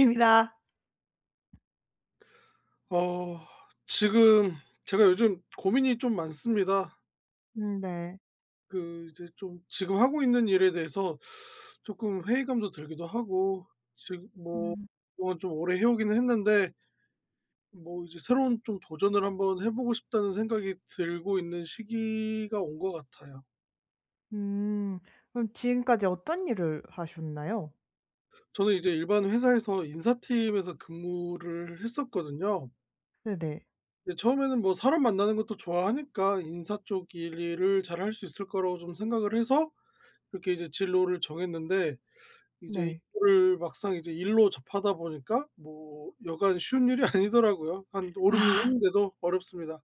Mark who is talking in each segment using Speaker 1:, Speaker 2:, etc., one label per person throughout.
Speaker 1: 입니다.
Speaker 2: 어 지금 제가 요즘 고민이 좀 많습니다.
Speaker 1: 네.
Speaker 2: 그 이제 좀 지금 하고 있는 일에 대해서 조금 회의감도 들기도 하고, 지금 뭐
Speaker 1: 음.
Speaker 2: 그동안 좀 오래 해 오기는 했는데, 뭐 이제 새로운 좀 도전을 한번 해 보고 싶다는 생각이 들고 있는 시기가 온 것 같아요.
Speaker 1: 음. 그럼 지금까지 어떤 일을 하셨나요?
Speaker 2: 저는 이제 일반 회사에서 인사팀에서 근무를 했었거든요.
Speaker 1: 네네.
Speaker 2: 근데 처음에는 뭐 사람 만나는 것도 좋아하니까 인사 쪽 일을 잘 할 수 있을 거라고 좀 생각을 해서 그렇게 이제 진로를 정했는데, 이제
Speaker 1: 네.
Speaker 2: 이거를 막상 이제 일로 접하다 보니까 뭐 여간 쉬운 일이 아니더라고요. 한 5-6년
Speaker 1: 아.
Speaker 2: 했는데도 어렵습니다.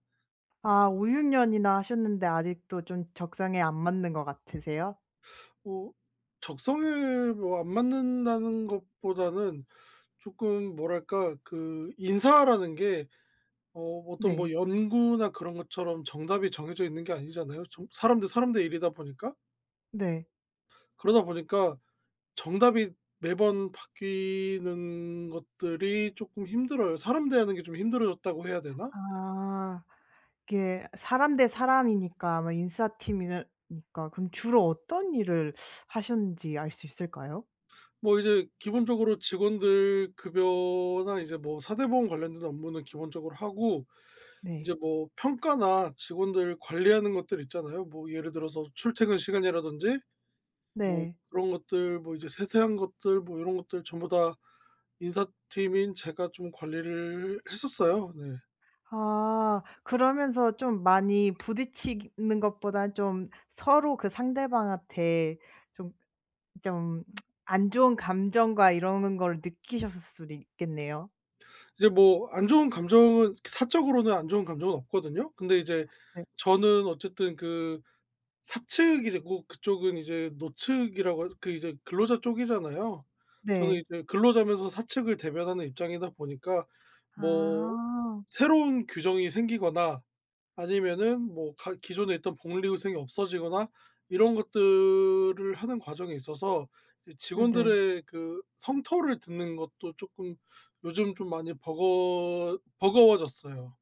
Speaker 1: 아 5-6 년이나 하셨는데 아직도 좀 적성에 안 맞는 것 같으세요?
Speaker 2: 뭐 적성에 뭐 안 맞는다는 것보다는 조금 뭐랄까, 그 인사라는 게 어떤 뭐
Speaker 1: 네.
Speaker 2: 연구나 그런 것처럼 정답이 정해져 있는 게 아니잖아요. 정 사람 대 사람 대 일이다 보니까.
Speaker 1: 네.
Speaker 2: 그러다 보니까 정답이 매번 바뀌는 것들이 쪼끔 힘들어요. 사람 대하는 게 좀 힘들어졌다고 해야 되나?
Speaker 1: 아. 이게 사람 대 사람이니까 아마 인사팀이니까 그럼 주로 어떤 일을 하셨는지 알 수 있을까요?
Speaker 2: 뭐 이제 기본적으로 직원들 급여나 이제 뭐 사대보험 관련된 업무는 기본적으로 하고, 이제
Speaker 1: 네.
Speaker 2: 뭐 평가나 직원들 관리하는 것들 있잖아요. 뭐 예를 들어서 출퇴근 시간이라든지, 뭐
Speaker 1: 네.
Speaker 2: 그런 것들, 뭐 이제 세세한 것들, 뭐 요런 것들 전부 다 인사팀인 제가 좀 관리를 했었어요. 네.
Speaker 1: 아. 그러면서 좀 많이 부딪히는 것보다 좀 서로 그 상대방한테 좀 좀 안 좋은 감정과 이러는 걸 느끼셨을 수도 있겠네요.
Speaker 2: 이제 뭐 안 좋은 감정은, 사적으로는 안 좋은 감정은 없거든요. 근데 이제
Speaker 1: 네.
Speaker 2: 저는 어쨌든 그 사측, 이제 고 그쪽은 이제 노측이라고 해서 그 이제 근로자 쪽이잖아요. 저는
Speaker 1: 네.
Speaker 2: 이제 근로자면서 사측을 대변하는 입장이다 보니까, 뭐
Speaker 1: 아.
Speaker 2: 새로운 규정이 생기거나 아니면은 뭐 가 기존에 있던 복리후생이 없어지거나, 이런 것들을 하는 과정에 있어서 이
Speaker 1: 네네.
Speaker 2: 직원들의 그 성토를 듣는 것도 조금 요즘 좀 많이 버거워졌어요.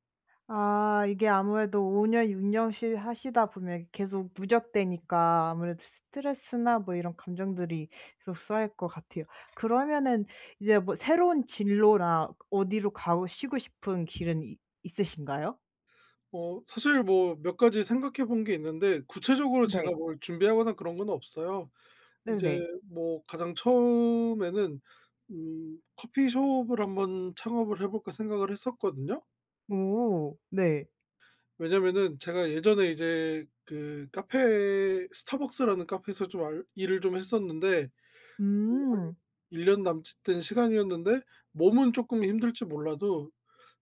Speaker 1: 아 이게 아무래도 5년 6 년씩 하시다 보면 계속 누적되니까 아무래도 스트레스나 뭐 이런 감정들이 계속 쌓일 것 같아요. 그러면은 이제 뭐 새로운 진로나 어디로 가시고 싶은 길은 이 있으신가요?
Speaker 2: 사실 뭐 몇 가지 생각해 본 게 있는데, 구체적으로 제가
Speaker 1: 네.
Speaker 2: 뭘 준비하거나 그런 건 없어요. 이제
Speaker 1: 네네.
Speaker 2: 뭐 가장 처음에는 커피숍을 한번 창업을 해 볼까 생각을 했었거든요.
Speaker 1: 오 네.
Speaker 2: 왜냐면은 제가 예전에 이제 그 카페, 스타벅스라는 카페에서 좀 알 일을 좀 했었는데, 일
Speaker 1: 음
Speaker 2: 1년 남짓 된 시간이었는데 몸은 조금 힘들지 몰라도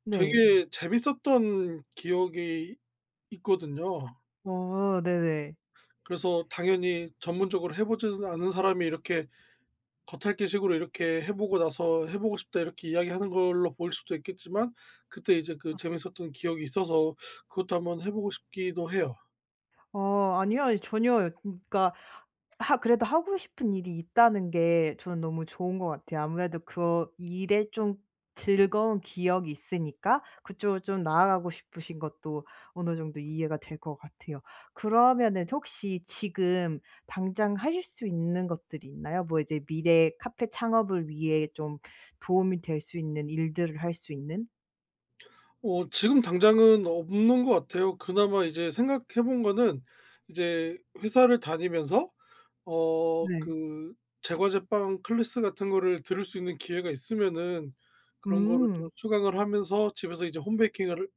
Speaker 1: 네.
Speaker 2: 되게 재밌었던 기억이 있거든요.
Speaker 1: 어 네네.
Speaker 2: 그래서 당연히 전문적으로 해 보지는 않은 사람이 이렇게 겉핥기식으로 이렇게 "해 보고 나서 해 보고 싶다." 이렇게 이야기하는 걸로 보일 수도 있겠지만, 그때 이제 그 재밌었던 기억이 있어서 그것도 한번 해 보고 싶기도 해요.
Speaker 1: 어 아니요. 전혀요. 그러니까 하 그래도 하고 싶은 일이 있다는 게 저는 너무 좋은 것 같아요. 아무래도 그 일에 좀 즐거운 기억이 있으니까 그쪽으로 좀 나아가고 싶으신 것도 어느 정도 이해가 될 것 같아요. 그러면은 혹시 지금 당장 하실 수 있는 것들이 있나요? 뭐 이제 미래 카페 창업을 위해 좀 도움이 될 수 있는 일들을 할 수 있는?
Speaker 2: 지금 당장은 없는 것 같아요. 그나마 이제 생각해 본 거는, 이제 회사를 다니면서
Speaker 1: 네.
Speaker 2: 그 제과제빵 클래스 같은 거를 들을 수 있는 기회가 있으면은 그런 거를 좀
Speaker 1: 음.
Speaker 2: 수강을 하면서 집에서 이제 홈베이킹을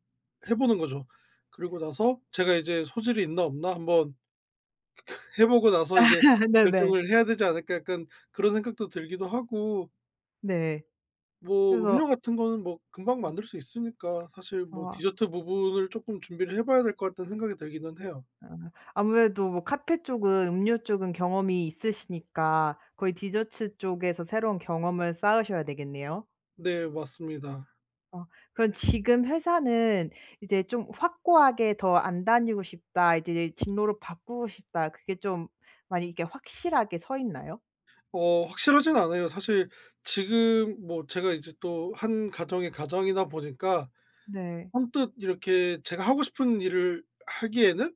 Speaker 2: 해 보는 거죠. 그리고 나서 제가 이제 '소질이 있나 없나 한번 해 보고 나서 이제
Speaker 1: 네네.
Speaker 2: 결정을 해야 되지 않을까.' 약간 그런 생각도 들기도 하고,
Speaker 1: 네.
Speaker 2: 뭐
Speaker 1: 그래서
Speaker 2: 음료 같은 거는 뭐 금방 만들 수 있으니까 사실 뭐
Speaker 1: 어
Speaker 2: 디저트 부분을 조금 준비를 해 봐야 될 것 같다는 생각이 들기는 해요.
Speaker 1: 아 아무래도 뭐 카페 쪽은 음료 쪽은 경험이 있으시니까 거의 디저트 쪽에서 새로운 경험을 쌓으셔야 되겠네요.
Speaker 2: 네, 맞습니다.
Speaker 1: 어 그럼 지금 회사는 이제 좀 확고하게 '더 안 다니고 싶다. 이제 진로를 바꾸고 싶다.' 그게 좀 많이 이게 확실하게 서 있나요?
Speaker 2: 확실하진 않아요. 사실 지금 뭐 제가 이제 또 한 가정의 가장이다 보니까,
Speaker 1: 네.
Speaker 2: 언뜻 이렇게 제가 하고 싶은 일을 하기에는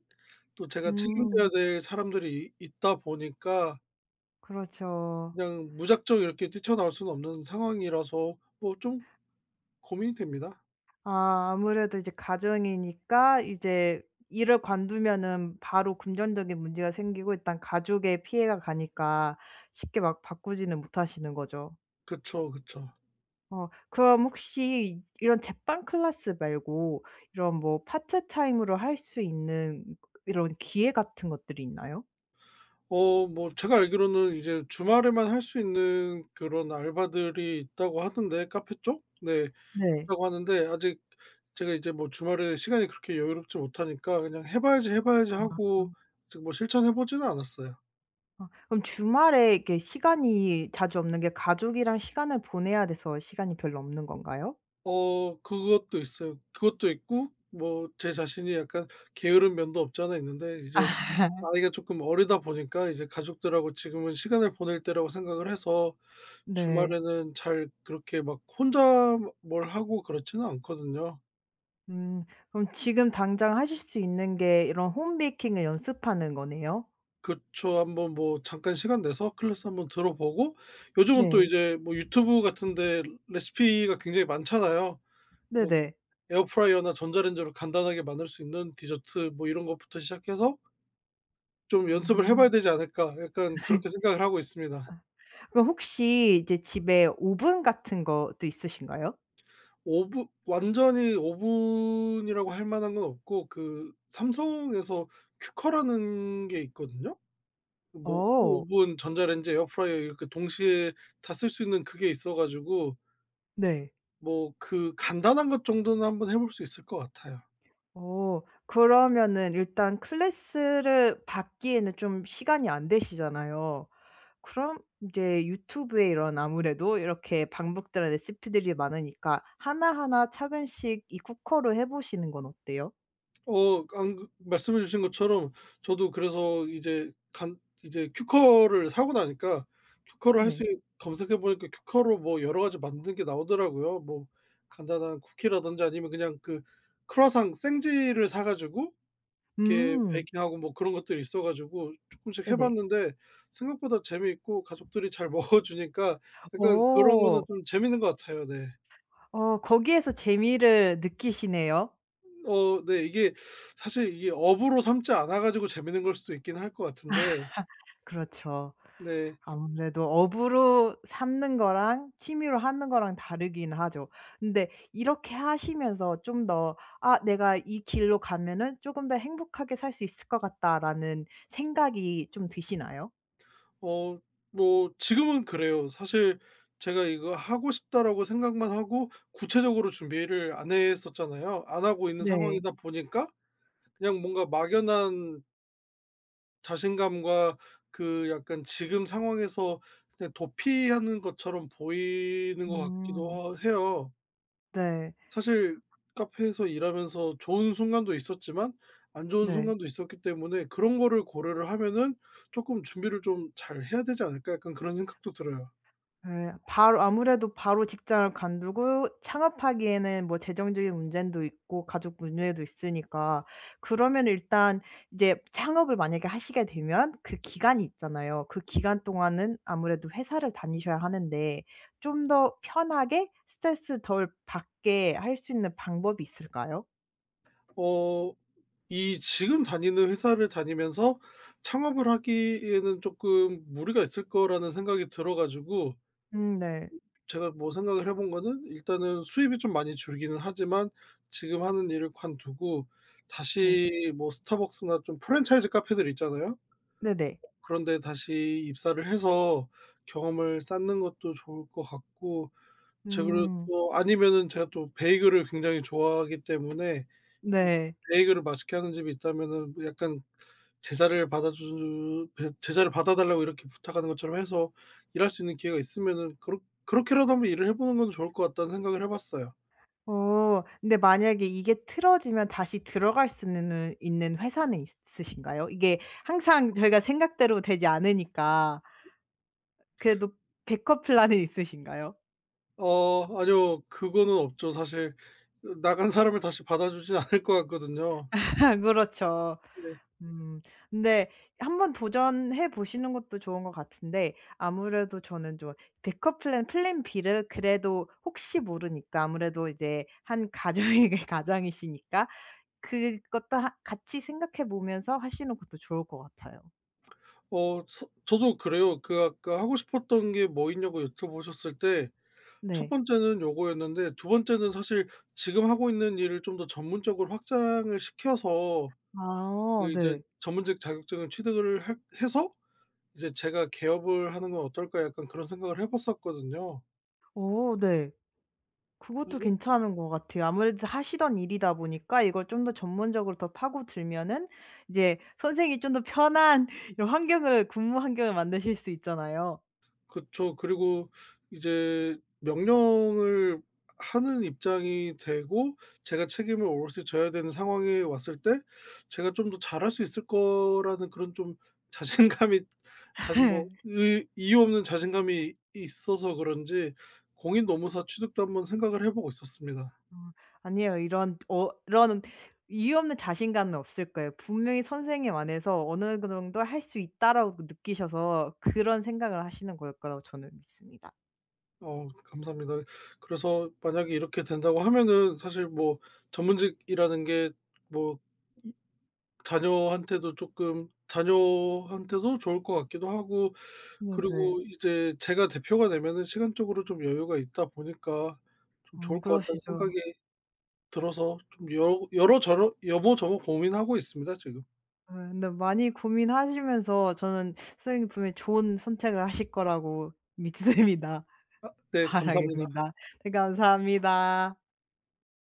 Speaker 2: 또 제가 책임져야
Speaker 1: 음.
Speaker 2: 될 사람들이 있다 보니까,
Speaker 1: 그렇죠.
Speaker 2: 그냥 무작정 이렇게 뛰쳐나올 수는 없는 상황이라서 뭐 좀 고민이 됩니다.
Speaker 1: 아 아무래도 이제 가정이니까 이제 일을 관두면은 바로 금전적인 문제가 생기고 일단 가족에 피해가 가니까 쉽게 막 바꾸지는 못하시는 거죠.
Speaker 2: 그쵸, 그쵸.
Speaker 1: 어 그럼 혹시 이런 제빵 클래스 말고 이런 뭐 파트 타임으로 할 수 있는 이런 기회 같은 것들이 있나요?
Speaker 2: 뭐 제가 알기로는 이제 주말에만 할 수 있는 그런 알바들이 있다고 하던데, 카페 쪽? 네.
Speaker 1: 네.
Speaker 2: 있다고 하는데, 아직 제가 이제 뭐 주말에 시간이 그렇게 여유롭지 못하니까 그냥 '해 봐야지, 해 봐야지.' 하고 아직 뭐 실천해 보지는 않았어요.
Speaker 1: 아 어, 그럼 주말에 이렇게 시간이 자주 없는 게 가족이랑 시간을 보내야 돼서 시간이 별로 없는 건가요?
Speaker 2: 그것도 있어요. 그것도 있고, 뭐 제 자신이 약간 게으른 면도 없지 않아 있는데, 이제 나이가 조금 어리다 보니까 이제 가족들하고 지금은 시간을 보낼 때라고 생각을 해서
Speaker 1: 네.
Speaker 2: 주말에는 잘 그렇게 막 혼자 뭘 하고 그렇지는 않거든요.
Speaker 1: 음. 그럼 지금 당장 하실 수 있는 게 이런 홈 베이킹을 연습하는 거네요?
Speaker 2: 그쵸. 한번 뭐 잠깐 시간 내서 클래스 한번 들어보고, 요즘은 또
Speaker 1: 네.
Speaker 2: 이제 뭐 유튜브 같은 데 레시피가 굉장히 많잖아요. 뭐
Speaker 1: 네네.
Speaker 2: 에어프라이어나 전자레인지로 간단하게 만들 수 있는 디저트 뭐 이런 것부터 시작해서 좀 연습을 해 봐야
Speaker 1: 음.
Speaker 2: 되지 않을까.' 약간 그렇게 생각을 하고 있습니다.
Speaker 1: 그럼 혹시 이제 집에 오븐 같은 것도 있으신가요?
Speaker 2: 오분, 완전히 오 분이라고 할 만한 건 없고, 그 삼성에서 큐커라는 게 있거든요. 뭐
Speaker 1: 어.
Speaker 2: 오븐, 전자레인지, 에어프라이어 이렇게 동시에 다 쓸 수 있는 그게 있어 가지고
Speaker 1: 네.
Speaker 2: 뭐 그 간단한 것 정도는 한번 해볼 수 있을 것 같아요.
Speaker 1: 어. 그러면은 일단 클래스를 받기에는 좀 시간이 안 되시잖아요. 그럼 이제 유튜브에 이런 아무래도 이렇게 방북들의 레시피들이 많으니까 하나하나 차근씩 이 쿠커로 해 보시는 건 어때요?
Speaker 2: 안 그 말씀해 주신 것처럼, 저도 그래서 이제 간 이제 큐커를 사고 나니까, 큐커를 할 수
Speaker 1: 네.
Speaker 2: 검색해 보니까 큐커로 뭐 여러 가지 만드는 게 나오더라고요. 뭐 간단한 쿠키라든지, 아니면 그냥 그 크루아상 생지를 사 가지고 이렇게
Speaker 1: 음.
Speaker 2: 베이킹하고 뭐 그런 것들이 있어 가지고 조금씩 해
Speaker 1: 네네.
Speaker 2: 봤는데, 생각보다 재미있고 가족들이 잘 먹어 주니까 약간 그런 거는
Speaker 1: 어.
Speaker 2: 좀 재밌는 것 같아요. 네.
Speaker 1: 어 거기에서 재미를 느끼시네요.
Speaker 2: 네. 이게 사실 이게 업으로 삼지 않아 가지고 재밌는 걸 수도 있긴 할 것 같은데,
Speaker 1: 그렇죠.
Speaker 2: 네.
Speaker 1: 아무래도 업으로 삼는 거랑 취미로 하는 거랑 다르긴 하죠. 근데 이렇게 하시면서 좀 더 '아 내가 이 길로 가면은 쪼금 더 행복하게 살 수 있을 것 같다.'라는 생각이 좀 드시나요?
Speaker 2: 어 뭐 지금은 그래요. 사실 제가 '이거 하고 싶다.'라고 생각만 하고 구체적으로 준비를 안 했었잖아요. 안 하고 있는
Speaker 1: 네.
Speaker 2: 상황이다 보니까 그냥 뭔가 막연한 자신감과 그 약간 지금 상황에서 그냥 도피하는 것처럼 보이는 것
Speaker 1: 음.
Speaker 2: 같기도 해요.
Speaker 1: 네.
Speaker 2: 사실 카페에서 일하면서 좋은 순간도 있었지만 안 좋은
Speaker 1: 네.
Speaker 2: 순간도 있었기 때문에 그런 거를 고려를 하면은 조금 준비를 좀 잘 해야 되지 않을까?' 약간 그런 생각도 들어요.
Speaker 1: 예. 바로 아무래도 바로 직장을 관두고 창업하기에는 뭐 재정적인 문제도 있고 가족 문제도 있으니까 그러면 일단 이제 창업을 만약에 하시게 되면 그 기간이 있잖아요. 그 기간 동안은 아무래도 회사를 다니셔야 하는데 좀 더 편하게 스트레스 덜 받게 할 수 있는 방법이 있을까요?
Speaker 2: 어 이 지금 다니는 회사를 다니면서 창업을 하기에는 조금 무리가 있을 거라는 생각이 들어 가지고,
Speaker 1: 네.
Speaker 2: 제가 뭐 생각을 해본 거는 일단은 수입이 좀 많이 줄기는 하지만 지금 하는 일을 관두고
Speaker 1: 네.
Speaker 2: 다시 뭐 스타벅스나 좀 프랜차이즈 카페들 있잖아요.
Speaker 1: 네네.
Speaker 2: 그런데 다시 입사를 해서 경험을 쌓는 것도 좋을 것 같고, 제가 그리고
Speaker 1: 음.
Speaker 2: 또 아니면은 제가 또 베이글을 굉장히 좋아하기 때문에 또
Speaker 1: 네.
Speaker 2: 베이글을 맛있게 하는 집이 있다면은 뭐 약간 제자를 받아 달라고 이렇게 부탁하는 것처럼 해서 일할 수 있는 기회가 있으면은 그렇게라도 한번 일을 해 보는 건 좋을 것 같다는 생각을 해 봤어요.
Speaker 1: 어. 근데 만약에 이게 틀어지면 다시 들어갈 수는 있는 회사는 있으신가요? 이게 항상 저희가 생각대로 되지 않으니까 그래도 백업 플랜은 있으신가요?
Speaker 2: 아니요. 그거는 없죠. 사실 나간 사람을 다시 받아주진 않을 것 같거든요.
Speaker 1: 그렇죠.
Speaker 2: 네.
Speaker 1: 음. 근데 한번 도전해 보시는 것도 좋은 것 같은데 아무래도 저는 좀 백업 플랜 B를 그래도 혹시 모르니까 아무래도 이제 한 가정의 가장이시니까 그것도 하 같이 생각해 보면서 하시는 것도 좋을 것 같아요.
Speaker 2: 어 서 저도 그래요. 그 아까 하고 싶었던 게 뭐 있냐고 여쭤보셨을 때, 첫
Speaker 1: 네.
Speaker 2: 번째는 요거였는데, 두 번째는 사실 지금 하고 있는 일을 좀 더 전문적으로 확장을 시켜서
Speaker 1: 아
Speaker 2: 그 이제
Speaker 1: 네.
Speaker 2: 전문직 자격증을 취득을 할 해서 이제 '제가 개업을 하는 건 어떨까?' 약간 그런 생각을 해 봤었거든요.
Speaker 1: 어 네. 그것도
Speaker 2: 그래서.
Speaker 1: 괜찮은 것 같아요. 아무래도 하시던 일이다 보니까 이걸 좀 더 전문적으로 더 파고들면은 이제 선생님이 좀 더 편한 이런 환경을 근무 환경을 만드실 수 있잖아요.
Speaker 2: 그쵸. 그리고 이제 명령을 하는 입장이 되고 제가 책임을 오롯이 져야 되는 상황에 왔을 때 제가 좀 더 잘할 수 있을 거라는 그런 좀 자신감이 자신
Speaker 1: 예.
Speaker 2: 뭐 의 이유 없는 자신감이 있어서 그런지 공인 노무사 취득도 한번 생각을 해 보고 있었습니다.
Speaker 1: 어 아니에요. 이런 어 이런 이유 없는 자신감은 없을 거예요. 분명히 선생님 안에서 어느 그 정도 '할 수 있다.'라고 느끼셔서 그런 생각을 하시는 걸 거라고 저는 믿습니다.
Speaker 2: 감사합니다. 그래서 만약에 이렇게 된다고 하면은 사실 뭐 전문직이라는 게뭐 자녀한테도 조금 자녀한테도 좋을 것 같기도 하고,
Speaker 1: 네네.
Speaker 2: 그리고 이제 제가 대표가 되면은 시간적으로 좀 여유가 있다 보니까 좀 좋을 것 같다는 생각이
Speaker 1: 그러시죠.
Speaker 2: 들어서 좀 여 여러저러 여보저보 고민하고 있습니다 지금.
Speaker 1: 예 근데 많이 고민하시면서 저는 선생님이 분명히 좋은 선택을 하실 거라고 믿습니다.
Speaker 2: 아 네, 감사합니다.
Speaker 1: 바라겠습니다. 네 감사합니다.